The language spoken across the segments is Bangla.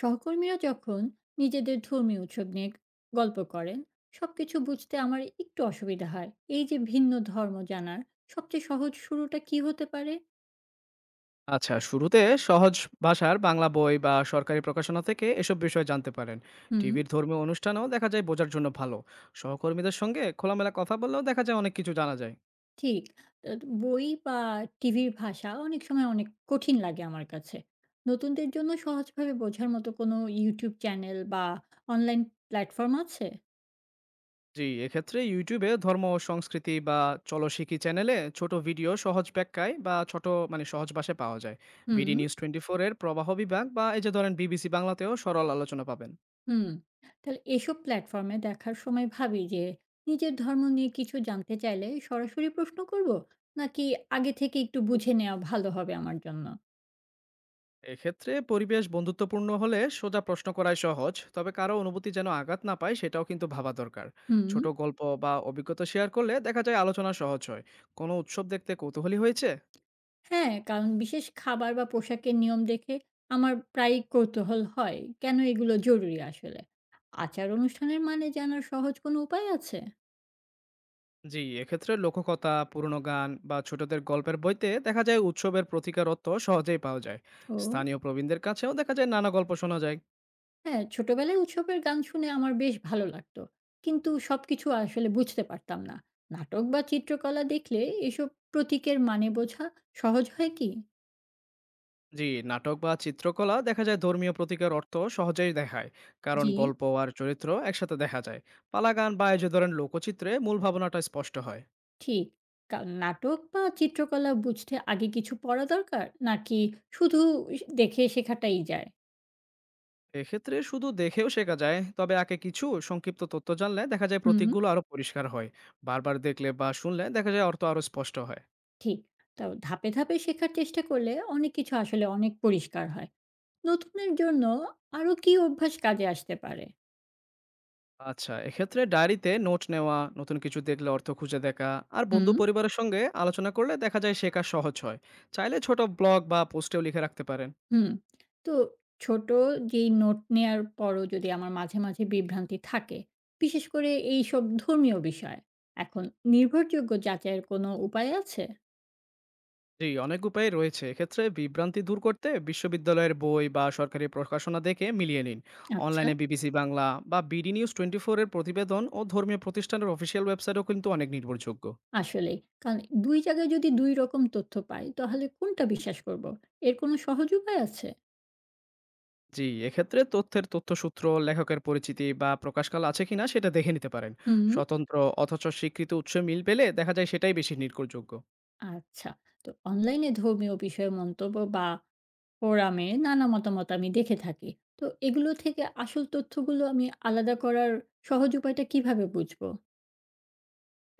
সহকর্মীরা যখন নিজেদের ধর্মীয় উৎসব নিয়ে গল্প করেন, সবকিছু বুঝতে আমার একটু অসুবিধা হয়। এই যে ভিন্ন ধর্ম জানার সবচেয়ে সহজ শুরুটা কি হতে পারে? আচ্ছা, শুরুতে সহজ ভাষার বাংলা বই বা সরকারি প্রকাশনা থেকে এসব বিষয় জানতে পারেন। হুম। টিভির ধর্মীয় অনুষ্ঠানেও দেখা যায় বোঝার জন্য ভালো। সহকর্মীদের সঙ্গে খোলামেলা কথা বললেও দেখা যায় অনেক কিছু জানা যায়। ঠিক। বই বা টিভির ভাষা অনেক সময় অনেক কঠিন লাগে আমার কাছে। নতুনদের জন্য সহজভাবে বোঝার মতো কোনো ইউটিউব চ্যানেল বা অনলাইন প্ল্যাটফর্ম আছে? জি, এক্ষেত্রে YouTube এ ধর্ম ও সংস্কৃতি বা চলো শিখি চ্যানেলে ছোট ভিডিও সহজ ব্যাখ্যায় বা ছোট মানে সহজ ভাষায় পাওয়া যায়। হুম। বিডি নিউজ 24 এর প্রবাহ বিভাগ বা এই যে ধরেন BBC বাংলাতেও সরল আলোচনা পাবেন। হুম। তাহলে এসব প্ল্যাটফর্মে দেখার সময় ভাবি যে, নিজের ধর্ম নিয়ে কিছু জানতে চাইলে সরাসরি প্রশ্ন করব, নাকি আগে থেকে একটু বুঝে নেওয়া ভালো হবে আমার জন্য? এক্ষেত্রে পরিবেশ বন্ধুত্বপূর্ণ হলে সোজা প্রশ্ন করাই সহজ, তবে কারো অনুভূতি যেন আঘাত না পায় সেটাও কিন্তু ভাবা দরকার। হুম। ছোট গল্প বা অভিজ্ঞতা শেয়ার করলে দেখা যায় আলোচনা সহজ হয়। কোনো উৎসব দেখতে কৌতূহলী হয়েছে? হ্যাঁ, কারণ বিশেষ খাবার বা পোশাকের নিয়ম দেখে আমার প্রায় কৌতূহল হয় কেন এগুলো জরুরি আসলে। আচার অনুষ্ঠানের মানে জানার সহজ কোনো উপায় আছে? জি, এক্ষেত্রে লোককথা, পুরনো গান বা ছোটদের গল্পের বইতে দেখা যায় উৎসবের প্রতিকারত্ব সহজেই পাওয়া যায়। ও। স্থানীয় প্রবীণদের কাছেও দেখা যায় নানা গল্প শোনা যায়। হ্যাঁ, ছোটবেলায় উৎসবের গান শুনে আমার বেশ ভালো লাগতো। কিন্তু সবকিছু আসলে বুঝতে পারতাম না। নাটক বা চিত্রকলা দেখলে এসব প্রতীকের মানে বোঝা সহজ হয় কি? জি, নাটক বা চিত্রকলা দেখা যায় ধর্মীয় প্রতীকের অর্থ সহজেই দেখায়, কারণ জি। গল্প আর চরিত্র একসাথে দেখা যায়। পালা গান বা এই যে ধরেন লোকচিত্রে মূল ভাবনাটা স্পষ্ট হয়। ঠিক। কা নাটক বা চিত্রকলা বুঝতে আগে কিছু পড়া দরকার? নাকি শুধু দেখে শেখাটাই যায়? এক্ষেত্রে শুধু দেখেও শেখা যায়, তবে আগে কিছু সংক্ষিপ্ত তথ্য জানলে দেখা যায় হুম। প্রতীকগুলো আরো পরিষ্কার হয়। বারবার দেখলে বা শুনলে দেখা যায় অর্থ আরো স্পষ্ট হয়। ঠিক। তো ধাপে ধাপে শেখার চেষ্টা করলে অনেক কিছু আসলে অনেক পরিষ্কার হয়। নতুনের জন্য আরো কি অভ্যাস কাজে আসতে পারে? আচ্ছা, এক্ষেত্রে ডায়েরিতে নোট নেওয়া, নতুন কিছু দেখলে অর্থ খুঁজে দেখা, আর বন্ধু হুম। পরিবারের সঙ্গে আলোচনা করলে দেখা যায় শেখা সহজ হয়। চাইলে ছোট ব্লগ বা পোস্টেও লিখে রাখতে পারেন। হুম। তো ছোট যেই নোট নেয়ার পরও যদি আমার মাঝে মাঝে বিভ্রান্তি থাকে, বিশেষ করে এইসব ধর্মীয় বিষয়, এখন নির্ভরযোগ্য যাচাইয়ের কোনো উপায় আছে? জি, অনেক উপায় রয়েছে। এক্ষেত্রে বিভ্রান্তি দূর করতে বিশ্ববিদ্যালয়ের বই বা সরকারি প্রকাশনা দেখে মিলিয়ে নিন। আচ্ছা। অনলাইনে বিবিসি বাংলা বা বিডি নিউজ টোয়েন্টি ফোরের প্রতিবেদন ও ধর্মীয় প্রতিষ্ঠানের অফিসিয়াল ওয়েবসাইটও কিন্তু অনেক নির্ভরযোগ্য। আসলেই। কারণ ২ জায়গায় যদি ২ রকম তথ্য পাই, তাহলে কোনটা বিশ্বাস করব? এর কোনো সহজ উপায় আছে? জি, এক্ষেত্রে তথ্যের তথ্যসূত্র, লেখকের পরিচিতি বা প্রকাশকাল আছে কিনা সেটা দেখে নিতে পারেন। হুম। স্বতন্ত্র অথচ স্বীকৃত উৎস মিল পেলে দেখা যায় সেটাই বেশি নির্ভরযোগ্য। আচ্ছা। তো অনলাইনে ধর্মীয় বিষয়ে মন্তব্য বা ফোরামে নানা মতামত আমি দেখে থাকি। তো এগুলো থেকে আসল তথ্যগুলো আমি আলাদা করার সহজ উপায়টা কিভাবে বুঝব?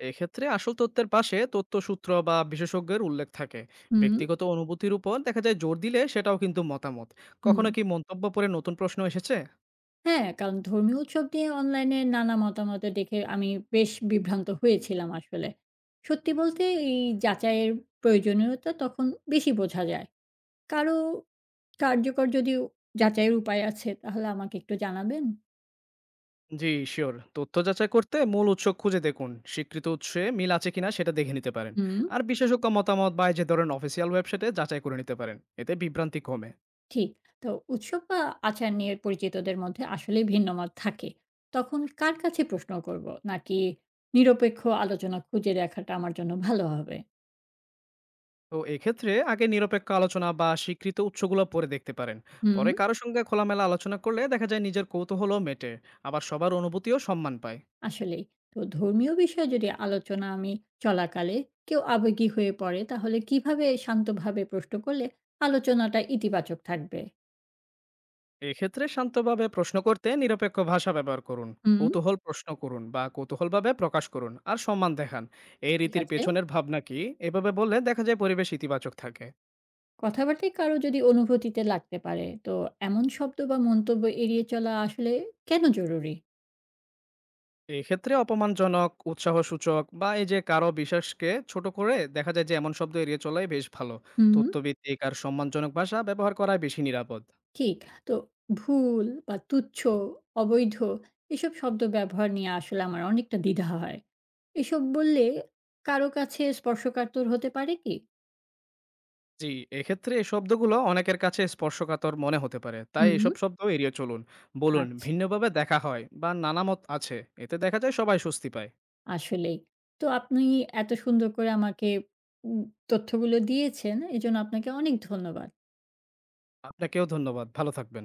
এক্ষেত্রে আসল তথ্যের পাশে তথ্যসূত্র বা বিশেষজ্ঞের উল্লেখ থাকে। হুম। ব্যক্তিগত অনুভূতির উপর দেখা যায় জোর দিলে সেটাও কিন্তু মতামত। হুম। কখনো কি মন্তব্য পড়ে নতুন প্রশ্ন এসেছে? হ্যাঁ, কারণ ধর্মীয় উৎসব নিয়ে অনলাইনে নানা মতামত দেখে আমি বেশ বিভ্রান্ত হয়েছিলাম আসলে। সত্যি বলতে এই যাচাইয়ের প্রয়োজনীয়তা তখন বেশি বোঝা যায়। কারো কার্যকর যদি যাচাইয়ের উপায় আছে তাহলে আমাকে একটু জানাবেন? জি শিওর, তথ্য যাচাই করতে মূল উৎস খুঁজে দেখুন, স্বীকৃত উৎসে মিল আছে কিনা সেটা দেখে নিতে পারেন। হুম। আর বিশেষজ্ঞ মতামত বা এই যে ধরেন অফিসিয়াল ওয়েবসাইটে যাচাই করে নিতে পারেন, এতে বিভ্রান্তি কমে। ঠিক। তো উৎসব বা আচার নিয়ে পরিচিতদের মধ্যে আসলেই ভিন্ন মত থাকে। তখন কার কাছে প্রশ্ন করব? নাকি নিরপেক্ষ আলোচনা খুঁজে দেখাটা আমার জন্য ভালো হবে? তো এক্ষেত্রে আগে নিরপেক্ষ আলোচনা বা স্বীকৃত উৎসগুলো পড়ে দেখতে পারেন। হুম। পরে কারো সঙ্গে খোলামেলা আলোচনা করলে দেখা যায় নিজের কৌতূহলও মেটে, আবার সবার অনুভূতিও সম্মান পায়। আসলেই। তো ধর্মীয় বিষয়ে যদি আলোচনা আমি চলাকালে কেউ আবেগী হয়ে পড়ে, তাহলে কিভাবে শান্তভাবে প্রশ্ন করলে আলোচনাটা ইতিবাচক থাকবে? এক্ষেত্রে শান্তভাবে প্রশ্ন করতে নিরপেক্ষ ভাষা ব্যবহার করুন। হুম। কৌতূহল প্রশ্ন করুন বা কৌতূহলভাবে প্রকাশ করুন আর সম্মান দেখান। এই ঠিক রীতির আছে। পেছনের ভাবনা কি? এভাবে বললে দেখা যায় পরিবেশ ইতিবাচক থাকে। কথাবার্তায় কারো যদি অনুভূতিতে লাগতে পারে, তো এমন শব্দ বা মন্তব্য এড়িয়ে চলা আসলে কেন জরুরি? এক্ষেত্রে অপমানজনক, উৎসাহসূচক বা এই যে কারো বিশ্বাসকে ছোট করে দেখা যায় যে, এমন শব্দ এড়িয়ে চলাই বেশ ভালো। হুম। তথ্যভিত্তিক আর সম্মানজনক ভাষা ব্যবহার করাই বেশি নিরাপদ। ঠিক। তো ভুল বা তুচ্ছ, অবৈধ এসব শব্দ ব্যবহার নিয়ে আসলে আমার অনেকটা দ্বিধা হয়। এসব বললে কারো কাছে স্পর্শকাতর হতে পারে কি? জি, এক্ষেত্রে এই শব্দগুলো অনেকের কাছে স্পর্শকাতর মনে হতে পারে। তাই হুম। এসব শব্দ এড়িয়ে চলুন। বলুন, আচ্ছা। ভিন্নভাবে দেখা হয় বা নানা মত আছে। এতে দেখা যায় সবাই স্বস্তি পায়। আসলেই। তো আপনি এত সুন্দর করে আমাকে উম তথ্যগুলো দিয়েছেন। এজন্য আপনাকে অনেক ধন্যবাদ। আপনাকেও ধন্যবাদ। ভালো থাকবেন।